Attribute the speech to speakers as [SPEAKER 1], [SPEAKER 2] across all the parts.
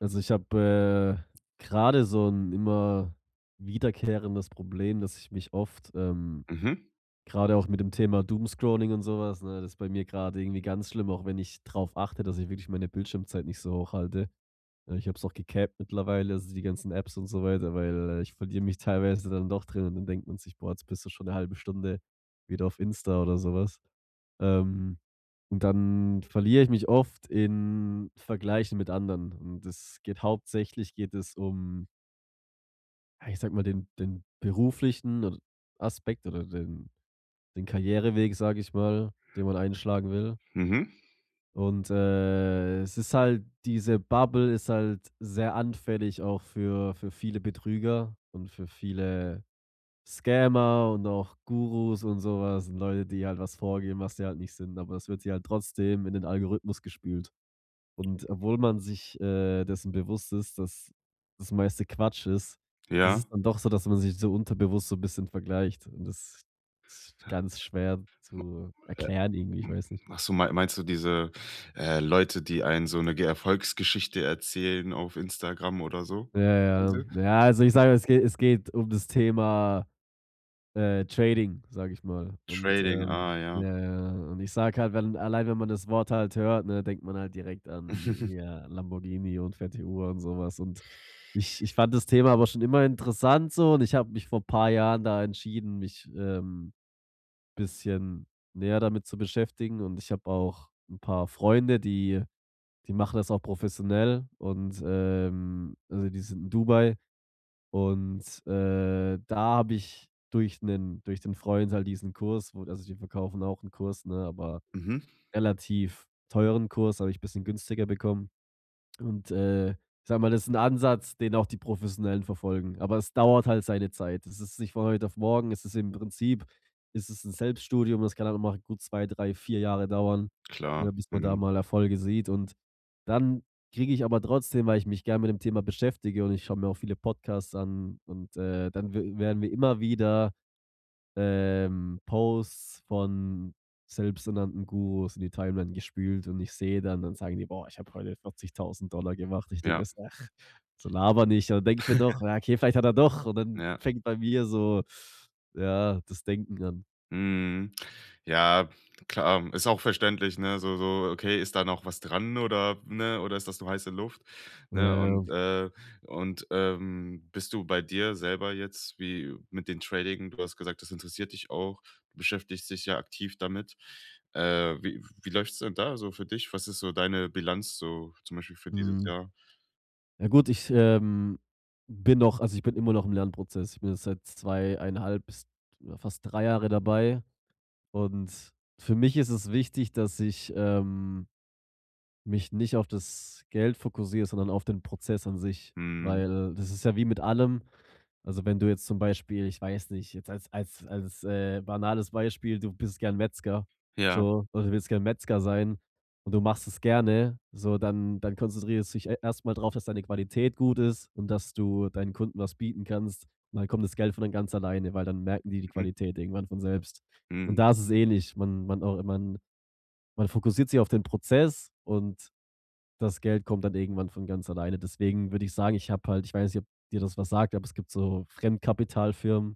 [SPEAKER 1] Also, ich habe, grade so ein immer wiederkehrendes Problem, dass ich mich oft,
[SPEAKER 2] Mhm,
[SPEAKER 1] grade auch mit dem Thema Doomscrolling und sowas, ne, das ist bei mir gerade irgendwie ganz schlimm, auch wenn ich drauf achte, dass ich wirklich meine Bildschirmzeit nicht so hoch halte. Ja, ich habe es auch gecapped mittlerweile, also die ganzen Apps und so weiter, weil, ich verliere mich teilweise dann doch drin und dann denkt man sich: „Boah, jetzt bist du schon eine halbe Stunde wieder auf Insta" oder sowas. Ähm, und dann verliere ich mich oft in Vergleichen mit anderen und es geht hauptsächlich geht es um, ja, ich sage mal, den beruflichen od Aspekt oder den Karriereweg, sage ich mal, den man einschlagen will.
[SPEAKER 2] mhm,
[SPEAKER 1] Und, es ist halt diese Bubble ist halt sehr anfällig auch für viele Betrüger und für viele Scammer und auch Gurus und sowas und Leute, die halt was vorgeben, was sie halt nicht sind, aber das wird sie halt trotzdem in den Algorithmus gespült. Und obwohl man sich, dessen bewusst ist, dass das meiste Quatsch ist, ist es
[SPEAKER 2] ja.
[SPEAKER 1] dann doch so, dass man sich so unterbewusst so ein bisschen vergleicht und das ist ganz schwer zu
[SPEAKER 2] Äh,
[SPEAKER 1] erklären irgendwie, ich
[SPEAKER 2] hm,
[SPEAKER 1] weiß nicht.
[SPEAKER 2] ach so, meinst du diese, Leute, die einen so eine Ge Erfolgsgeschichte erzählen auf Instagram oder so?
[SPEAKER 1] Ja, ja.
[SPEAKER 2] Diese?
[SPEAKER 1] Ja, also ich sage, es geht um das Thema, Trading, sage ich mal. Und,
[SPEAKER 2] Trading, ah ja.
[SPEAKER 1] ja, ja, ja. Und ich sage halt, wenn allein wenn man das Wort halt hört, ne, denkt man halt direkt an hier Lamborghini und fette Uhr und sowas. Und ich fand das Thema aber schon immer interessant so und ich habe mich vor ein paar Jahren da entschieden, mich, bisschen näher damit zu beschäftigen. Und ich habe auch ein paar Freunde, die machen das auch professionell und, also die sind in Dubai und, da habe ich durch den Freund halt diesen Kurs. Wo also, die verkaufen auch einen Kurs, ne, aber
[SPEAKER 2] Mhm,
[SPEAKER 1] relativ teuren Kurs, habe ich ein bisschen günstiger bekommen. Und, ich sage mal, das ist ein Ansatz, den auch die Professionellen verfolgen, aber es dauert halt seine Zeit. Es ist nicht von heute auf morgen. Es ist im Prinzip ist es 'n Selbststudium. Das kann dann noch mal gut 2 3 4 Jahre dauern,
[SPEAKER 2] klar.
[SPEAKER 1] ne, bis man da
[SPEAKER 2] Mhm,
[SPEAKER 1] mal Erfolge sieht. Und dann kriege ich aber trotzdem, weil ich mich gern mit dem Thema beschäftige und ich schaue mir auch viele Podcasts an und, dann we werden wir immer wieder Posts von selbsternannten Gurus in die Timeline gespült und ich sehe dann sagen die: „Boah, ich habe heute 40.000 Dollar gemacht." Ich denke
[SPEAKER 2] ja,
[SPEAKER 1] mir so: „Ach, so laber nicht." Und dann denke ich mir doch: „Ja, okay, vielleicht hat er doch." Und dann
[SPEAKER 2] ja.
[SPEAKER 1] fängt bei mir so, ja, das Denken an.
[SPEAKER 2] Mhm. Ja, klar, ist auch verständlich, ne? So so, okay, ist da noch was dran oder ne, oder ist das nur heiße Luft, ne?
[SPEAKER 1] Ja,
[SPEAKER 2] Und, bist du bei dir selber jetzt wie mit dem Trading, du hast gesagt, das interessiert dich auch, du beschäftigst dich ja aktiv damit. Wie läuft's denn da so für dich? Was ist so deine Bilanz so zum Beispiel für dieses
[SPEAKER 1] mhm.
[SPEAKER 2] Jahr?
[SPEAKER 1] Ja gut, ich, bin noch also, ich bin immer noch im Lernprozess. Ich bin jetzt seit 2,5 bis ja, fast 3 Jahre dabei und für mich ist es wichtig, dass ich, mich nicht auf das Geld fokussiere, sondern auf den Prozess an sich.
[SPEAKER 2] Mhm.
[SPEAKER 1] Weil das ist ja wie mit allem. Also wenn du jetzt zum Beispiel, ich weiß nicht, jetzt als banales Beispiel, du bist gern Metzger,
[SPEAKER 2] Ja.
[SPEAKER 1] so, oder du willst gern Metzger sein und du machst es gerne, so, dann, dann konzentrierst du dich erstmal drauf, dass deine Qualität gut ist und dass du deinen Kunden was bieten kannst. Und dann kommt das Geld von dann ganz alleine, weil dann merken die die
[SPEAKER 2] Mhm.
[SPEAKER 1] Qualität irgendwann von selbst. Und
[SPEAKER 2] Mhm.
[SPEAKER 1] da ist es ähnlich. Man fokussiert sich auf den Prozess und das Geld kommt dann irgendwann von ganz alleine. Deswegen würde ich sagen, ich habe halt ich weiß nicht, ob dir das was sagt, aber es gibt so Fremdkapitalfirmen.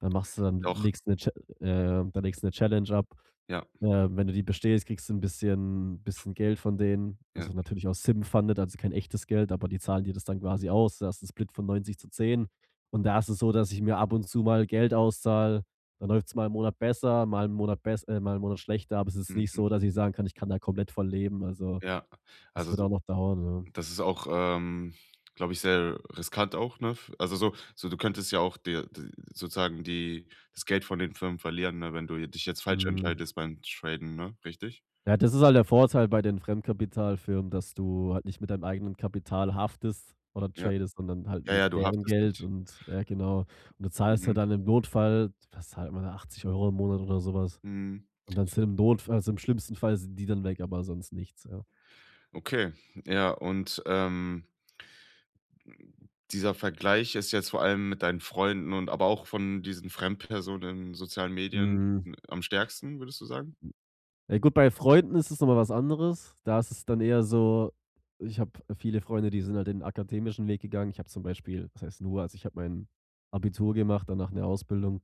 [SPEAKER 1] Dann machst du dann
[SPEAKER 2] Doch,
[SPEAKER 1] legst 'ne Cha da legst du eine Challenge ab.
[SPEAKER 2] ja,
[SPEAKER 1] Wenn du die bestehst, kriegst du ein bisschen Geld von denen.
[SPEAKER 2] ja.
[SPEAKER 1] Also, natürlich auch Sim-funded, also kein echtes Geld, aber die zahlen dir das dann quasi aus. Da hast du 'n Split von 90:10. Und da ist es so, dass ich mir ab und zu mal Geld auszahle. Dann läuft es mal einen Monat besser, mal einen Monat bess mal einen Monat schlechter, aber es ist nicht
[SPEAKER 2] Mhm.
[SPEAKER 1] so, dass ich sagen kann, ich kann da komplett von leben. Also
[SPEAKER 2] Ja.
[SPEAKER 1] es
[SPEAKER 2] Also,
[SPEAKER 1] wird auch noch dauern, ja.
[SPEAKER 2] das ist auch, glaube ich, sehr riskant auch, ne? F Also so so, du könntest ja auch dir d sozusagen die das Geld von den Firmen verlieren, ne, wenn du dich jetzt falsch
[SPEAKER 1] Mhm.
[SPEAKER 2] entscheidest beim Traden, ne, richtig?
[SPEAKER 1] Ja, das ist halt der Vorteil bei den Fremdkapitalfirmen, dass du halt nicht mit deinem eigenen Kapital haftest oder
[SPEAKER 2] Ja.
[SPEAKER 1] tradest, sondern halt
[SPEAKER 2] Ja,
[SPEAKER 1] mit
[SPEAKER 2] ja, du
[SPEAKER 1] deren
[SPEAKER 2] haftest
[SPEAKER 1] Geld
[SPEAKER 2] nicht.
[SPEAKER 1] und ja, genau. Und du zahlst
[SPEAKER 2] Mhm.
[SPEAKER 1] halt dann im Notfall, was zahlt man da, 80 Euro im Monat oder sowas?
[SPEAKER 2] Mhm.
[SPEAKER 1] Und dann sind im Notfall, also im schlimmsten Fall sind die dann weg, aber sonst nichts, ja.
[SPEAKER 2] Okay. Ja, und, dieser Vergleich ist jetzt vor allem mit deinen Freunden und aber auch von diesen Fremdpersonen in sozialen Medien
[SPEAKER 1] Mhm.
[SPEAKER 2] n am stärksten, würdest du sagen?
[SPEAKER 1] Ja, gut, bei Freunden ist es noch mal was anderes. Da ist es dann eher so ich habe viele Freunde, die sind halt den akademischen Weg gegangen. Ich habe zum Beispiel was heißt nur, also ich habe mein Abitur gemacht, danach eine Ausbildung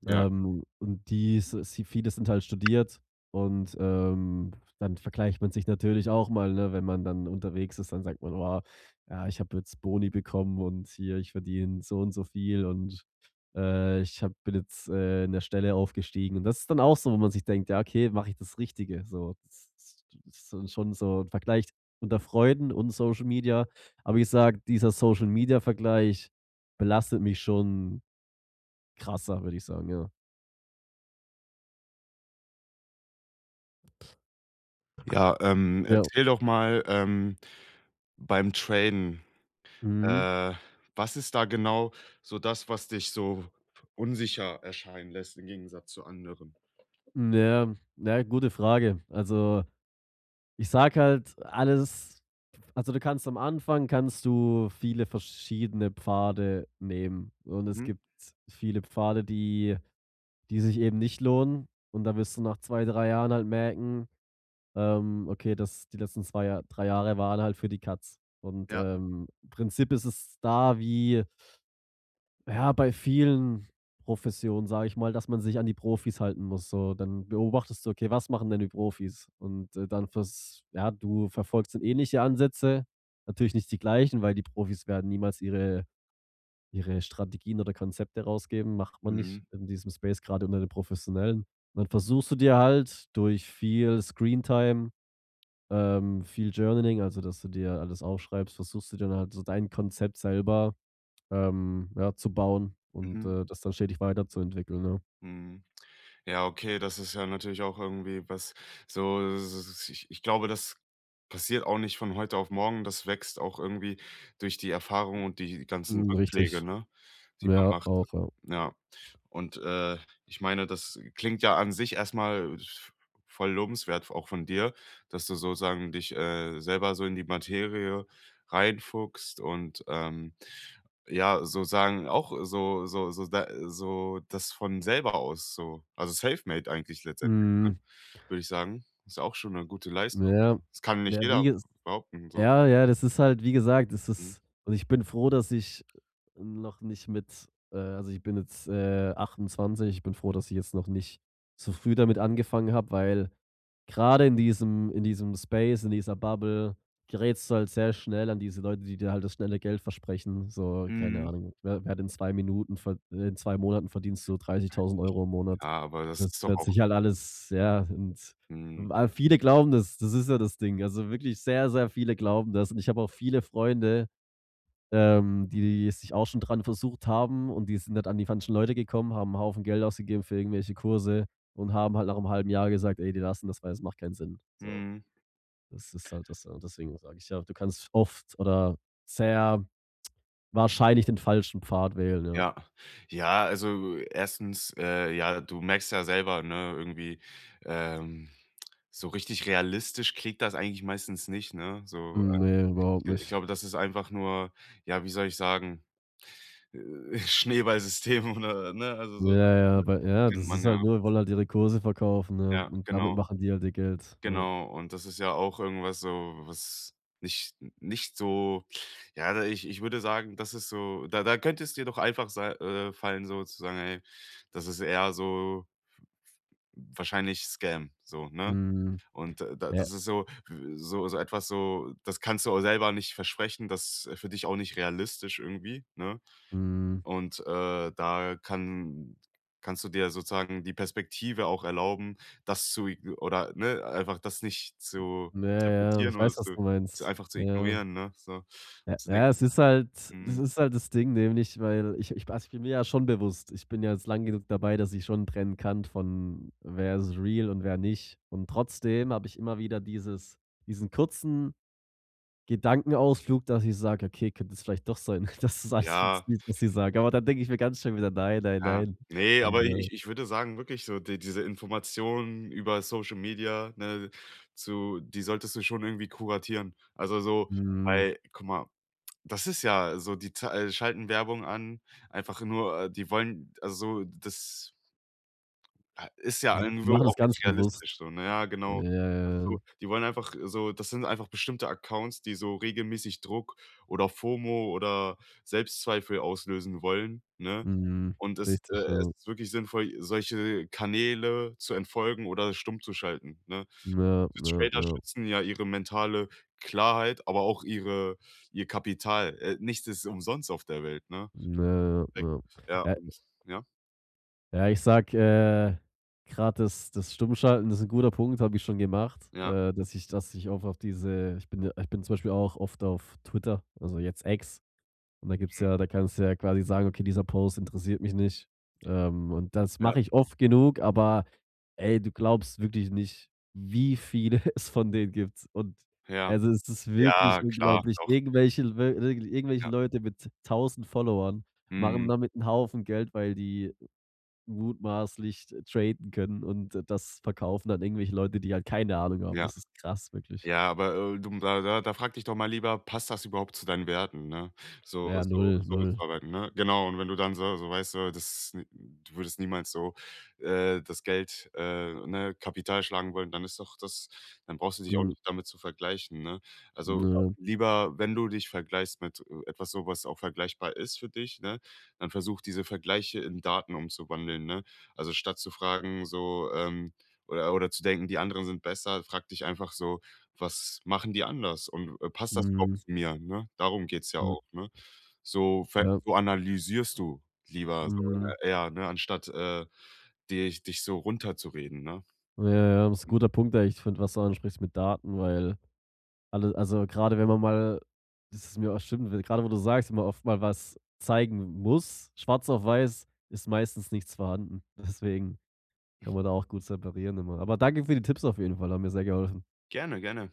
[SPEAKER 2] Ja.
[SPEAKER 1] und die s sie viele sind halt studiert und, dann vergleicht man sich natürlich auch mal, ne? Wenn man dann unterwegs ist, dann sagt man: „Oh ja, ich habe jetzt Boni bekommen und hier, ich verdiene so und so viel und, ich habe bin jetzt, in der Stelle aufgestiegen." Und das ist dann auch so, wo man sich denkt: „Ja, okay, mache ich das Richtige?" So, das ist dann schon so 'n Vergleich unter Freuden und Social Media. Aber ich sage, dieser Social Media Vergleich belastet mich schon krasser, würde ich sagen, ja.
[SPEAKER 2] Ja,
[SPEAKER 1] Ja.
[SPEAKER 2] erzähl doch mal, beim Traden.
[SPEAKER 1] Mhm.
[SPEAKER 2] Äh, was ist da genau so das, was dich so unsicher erscheinen lässt im Gegensatz zu anderen?
[SPEAKER 1] Ja, ja, gute Frage. Also, ich sage halt, alles also, du kannst am Anfang kannst du viele verschiedene Pfade nehmen und es
[SPEAKER 2] Mhm.
[SPEAKER 1] gibt viele Pfade, die sich eben nicht lohnen und da wirst du nach 2 3 Jahren halt merken, okay, das die letzten 2 Jahr 3 Jahre waren halt für die Katz und,
[SPEAKER 2] Ja.
[SPEAKER 1] im Prinzip ist es da wie ja, bei vielen Professionen, sage ich mal, dass man sich an die Profis halten muss. So, dann beobachtest du, okay, was machen denn die Profis? Und dann ja, du verfolgst dann ähnliche Ansätze, natürlich nicht die gleichen, weil die Profis werden niemals ihre, ihre Strategien oder Konzepte rausgeben, macht man
[SPEAKER 2] Mhm.
[SPEAKER 1] nicht in diesem Space, gerade unter den Professionellen. Und dann versuchst du dir halt durch viel Screentime, viel Journaling, also dass du dir alles aufschreibst, versuchst du dann halt so dein Konzept selber ja, zu bauen und,
[SPEAKER 2] Mhm.
[SPEAKER 1] das dann stetig weiterzuentwickeln, ne?
[SPEAKER 2] Mhm. Ja, okay, das ist ja natürlich auch irgendwie was so, s s ich glaube, das passiert auch nicht von heute auf morgen. Das wächst auch irgendwie durch die Erfahrung und die ganzen
[SPEAKER 1] Mhm,
[SPEAKER 2] Rückschläge,
[SPEAKER 1] richtig.
[SPEAKER 2] ne, die
[SPEAKER 1] Ja,
[SPEAKER 2] man macht.
[SPEAKER 1] auch, ja.
[SPEAKER 2] Ja, und, ich meine, das klingt ja an sich erstmal mal voll lobenswert auch von dir, dass du sozusagen dich, selber so in die Materie reinfuchst und, ja, so sagen auch so so so da so das von selber aus so. Also, self-made eigentlich letztendlich, ne,
[SPEAKER 1] Mhm,
[SPEAKER 2] würde ich sagen. Ist auch schon 'ne gute Leistung.
[SPEAKER 1] ja.
[SPEAKER 2] Das kann nicht
[SPEAKER 1] Ja, wie
[SPEAKER 2] jeder
[SPEAKER 1] ges
[SPEAKER 2] behaupten so.
[SPEAKER 1] ja, ja, das ist halt, wie gesagt, es
[SPEAKER 2] Mhm.
[SPEAKER 1] ist und ich bin froh, dass ich noch nicht mit also, ich bin jetzt, 28, ich bin froh, dass ich jetzt noch nicht so früh damit angefangen habe, weil gerade in diesem Space, in dieser Bubble gerätst du halt sehr schnell an diese Leute, die dir halt das schnelle Geld versprechen. So, keine
[SPEAKER 2] Mhm.
[SPEAKER 1] Ahnung, wer wer hat in 2 Minuten verd in 2 Monaten verdienst du 30.000 Euro im Monat.
[SPEAKER 2] Ja, aber das
[SPEAKER 1] Das
[SPEAKER 2] ist doch
[SPEAKER 1] hört
[SPEAKER 2] auch
[SPEAKER 1] sich halt alles ja, und
[SPEAKER 2] mhm,
[SPEAKER 1] ah, viele glauben das, das ist ja das Ding. Also, wirklich sehr, sehr viele glauben das und ich habe auch viele Freunde, die sich auch schon dran versucht haben und die sind halt an die falschen Leute gekommen, haben 'n Haufen Geld ausgegeben für irgendwelche Kurse und haben halt nach einem halben Jahr gesagt: „Ey, die lassen das, weil es macht keinen Sinn." So,
[SPEAKER 2] mhm.
[SPEAKER 1] das ist halt das und deswegen sage ich ja, du kannst oft oder sehr wahrscheinlich den falschen Pfad wählen, ja.
[SPEAKER 2] Ja. Ja, also, erstens, ja, du merkst ja selber, ne, irgendwie, ähm, so richtig realistisch klingt das eigentlich meistens nicht, ne? So,
[SPEAKER 1] Hm, ne, überhaupt
[SPEAKER 2] ich
[SPEAKER 1] nicht.
[SPEAKER 2] glaube, das ist einfach nur, ja, wie soll ich sagen. Äh, Schneeballsystem oder ne, also so,
[SPEAKER 1] Ja, ja,
[SPEAKER 2] das
[SPEAKER 1] aber ja,
[SPEAKER 2] kennt
[SPEAKER 1] das
[SPEAKER 2] man
[SPEAKER 1] ist
[SPEAKER 2] ja.
[SPEAKER 1] halt nur die wollen halt ihre Kurse verkaufen, ja,
[SPEAKER 2] Ja,
[SPEAKER 1] und damit
[SPEAKER 2] genau,
[SPEAKER 1] machen die halt ihr Geld, ja.
[SPEAKER 2] genau. Und das ist ja auch irgendwas so, was nicht nicht so, ja, da ich würde sagen, das ist so, da da könnte es dir doch einfach sei fallen, so zu sagen: „Ey, das ist eher so wahrscheinlich Scam“, so, ne?
[SPEAKER 1] Mhm.
[SPEAKER 2] Und da,
[SPEAKER 1] Ja,
[SPEAKER 2] das ist so w so so etwas so, das kannst du auch selber nicht versprechen, das ist für dich auch nicht realistisch irgendwie, ne?
[SPEAKER 1] mhm.
[SPEAKER 2] Und, da kannst du dir sozusagen die Perspektive auch erlauben, das zu igno oder, ne, einfach das nicht zu
[SPEAKER 1] Ja, ja,
[SPEAKER 2] interpretieren
[SPEAKER 1] ich
[SPEAKER 2] oder
[SPEAKER 1] weiß, was du
[SPEAKER 2] zu
[SPEAKER 1] meinst.
[SPEAKER 2] einfach zu
[SPEAKER 1] Ja.
[SPEAKER 2] ignorieren, ne, so.
[SPEAKER 1] Ja,
[SPEAKER 2] Zu
[SPEAKER 1] ja,
[SPEAKER 2] denken:
[SPEAKER 1] es
[SPEAKER 2] „Hm,
[SPEAKER 1] ist halt das Ding, nämlich, weil ich also, ich bin mir ja schon bewusst ich bin ja jetzt lang genug dabei, dass ich schon trennen kann von wer ist real und wer nicht. Und trotzdem habe ich immer wieder dieses diesen kurzen Gedankenausflug, dass ich sage: „Okay, könnte es vielleicht doch sein, dass das alles
[SPEAKER 2] ja,
[SPEAKER 1] funktioniert, was sie sagen." Aber dann denke ich mir ganz schnell wieder: „Nein, nein,
[SPEAKER 2] ja.“
[SPEAKER 1] nein."
[SPEAKER 2] Nee,
[SPEAKER 1] Und,
[SPEAKER 2] aber ich ich ich würde sagen, wirklich so diese Informationen über Social Media, ne, zu die solltest du schon irgendwie kuratieren. Also, so,
[SPEAKER 1] mhm,
[SPEAKER 2] weil guck mal, das ist ja so, die zei schalten Werbung an, einfach nur, die wollen, also so das, ah, ist ja
[SPEAKER 1] die
[SPEAKER 2] irgendwo
[SPEAKER 1] machen das
[SPEAKER 2] auch
[SPEAKER 1] ganz
[SPEAKER 2] nicht
[SPEAKER 1] bewusst.
[SPEAKER 2] realistisch so, ne? Ja,
[SPEAKER 1] Ja,
[SPEAKER 2] genau. Also,
[SPEAKER 1] ja, ja.
[SPEAKER 2] so, die wollen einfach so, das sind einfach bestimmte Accounts, die so regelmäßig Druck oder FOMO oder Selbstzweifel auslösen wollen, ne?
[SPEAKER 1] Mhm.
[SPEAKER 2] Und
[SPEAKER 1] Richtig,
[SPEAKER 2] es
[SPEAKER 1] ja.
[SPEAKER 2] ist wirklich sinnvoll, solche Kanäle zu entfolgen oder stumm zu schalten, ne?
[SPEAKER 1] Ja,
[SPEAKER 2] Gute
[SPEAKER 1] ja,
[SPEAKER 2] Trader
[SPEAKER 1] ja.
[SPEAKER 2] schützen ja ihre mentale Klarheit, aber auch ihr Kapital. Nichts ist umsonst auf der Welt, ne?
[SPEAKER 1] Ja, ja, ja.
[SPEAKER 2] Ja,
[SPEAKER 1] Äh,
[SPEAKER 2] und ja,
[SPEAKER 1] ja, ich sag grad das Stummschalten ist 'n guter Punkt, habe ich schon gemacht,
[SPEAKER 2] ja,
[SPEAKER 1] dass ich auch auf diese ich bin ja ich bin zum Beispiel auch oft auf Twitter, also jetzt X. Und da gibt's
[SPEAKER 2] mhm,
[SPEAKER 1] ja da kannst du ja quasi sagen: „Okay, dieser Post interessiert mich nicht." Und das
[SPEAKER 2] ja,
[SPEAKER 1] mache ich oft genug, aber ey, du glaubst wirklich nicht, wie viele es von denen gibt. Und
[SPEAKER 2] ja.
[SPEAKER 1] also, es ist wirklich
[SPEAKER 2] Ja, klar,
[SPEAKER 1] unglaublich.
[SPEAKER 2] doch.
[SPEAKER 1] Irgendwelche we irgendwelche
[SPEAKER 2] Ja.
[SPEAKER 1] Leute mit 1.000 Followern machen
[SPEAKER 2] Mhm.
[SPEAKER 1] damit einen Haufen Geld, weil die mutmaßlich traden können und das verkaufen dann irgendwelche Leute, die halt keine Ahnung haben.
[SPEAKER 2] Ja.
[SPEAKER 1] Das ist krass, wirklich.
[SPEAKER 2] Ja, aber, du, da da da frag dich doch mal lieber: „Passt das überhaupt zu deinen Werten“, ne? So
[SPEAKER 1] Ja,
[SPEAKER 2] so
[SPEAKER 1] null
[SPEAKER 2] so zu
[SPEAKER 1] null
[SPEAKER 2] arbeiten, ne? Genau, und wenn du dann so so, weißt du, das n du würdest niemals so, das Geld, ne, Kapital schlagen wollen, dann ist doch das, dann brauchst du dich auch
[SPEAKER 1] mhm,
[SPEAKER 2] nicht damit zu vergleichen, ne? Also,
[SPEAKER 1] ne,
[SPEAKER 2] lieber, wenn du dich vergleichst mit, etwas so, was auch vergleichbar ist für dich, ne, dann versuch diese Vergleiche in Daten umzuwandeln, ne? Also, statt zu fragen so, oder zu denken, die anderen sind besser, frag dich einfach so: Was machen die anders und, passt das überhaupt
[SPEAKER 1] mhm,
[SPEAKER 2] zu mir, ne? Darum geht's ja
[SPEAKER 1] mhm,
[SPEAKER 2] auch, ne? So ver
[SPEAKER 1] ja,
[SPEAKER 2] so analysierst du lieber so,
[SPEAKER 1] mhm.
[SPEAKER 2] eher, ne, anstatt, dich so runterzureden, ne?
[SPEAKER 1] Ja, ja, ja, das ist 'n guter Punkt eigentlich. Ich finde, was du ansprichst mit Daten, weil alle also, gerade wenn man mal das ist mir auch stimmt, w grade wo du sagst, wenn man oft mal was zeigen muss, schwarz auf weiß, ist meistens nichts vorhanden. Deswegen kann man da auch gut separieren immer. Aber danke für die Tipps auf jeden Fall, haben mir sehr geholfen.
[SPEAKER 2] Gerne, gerne.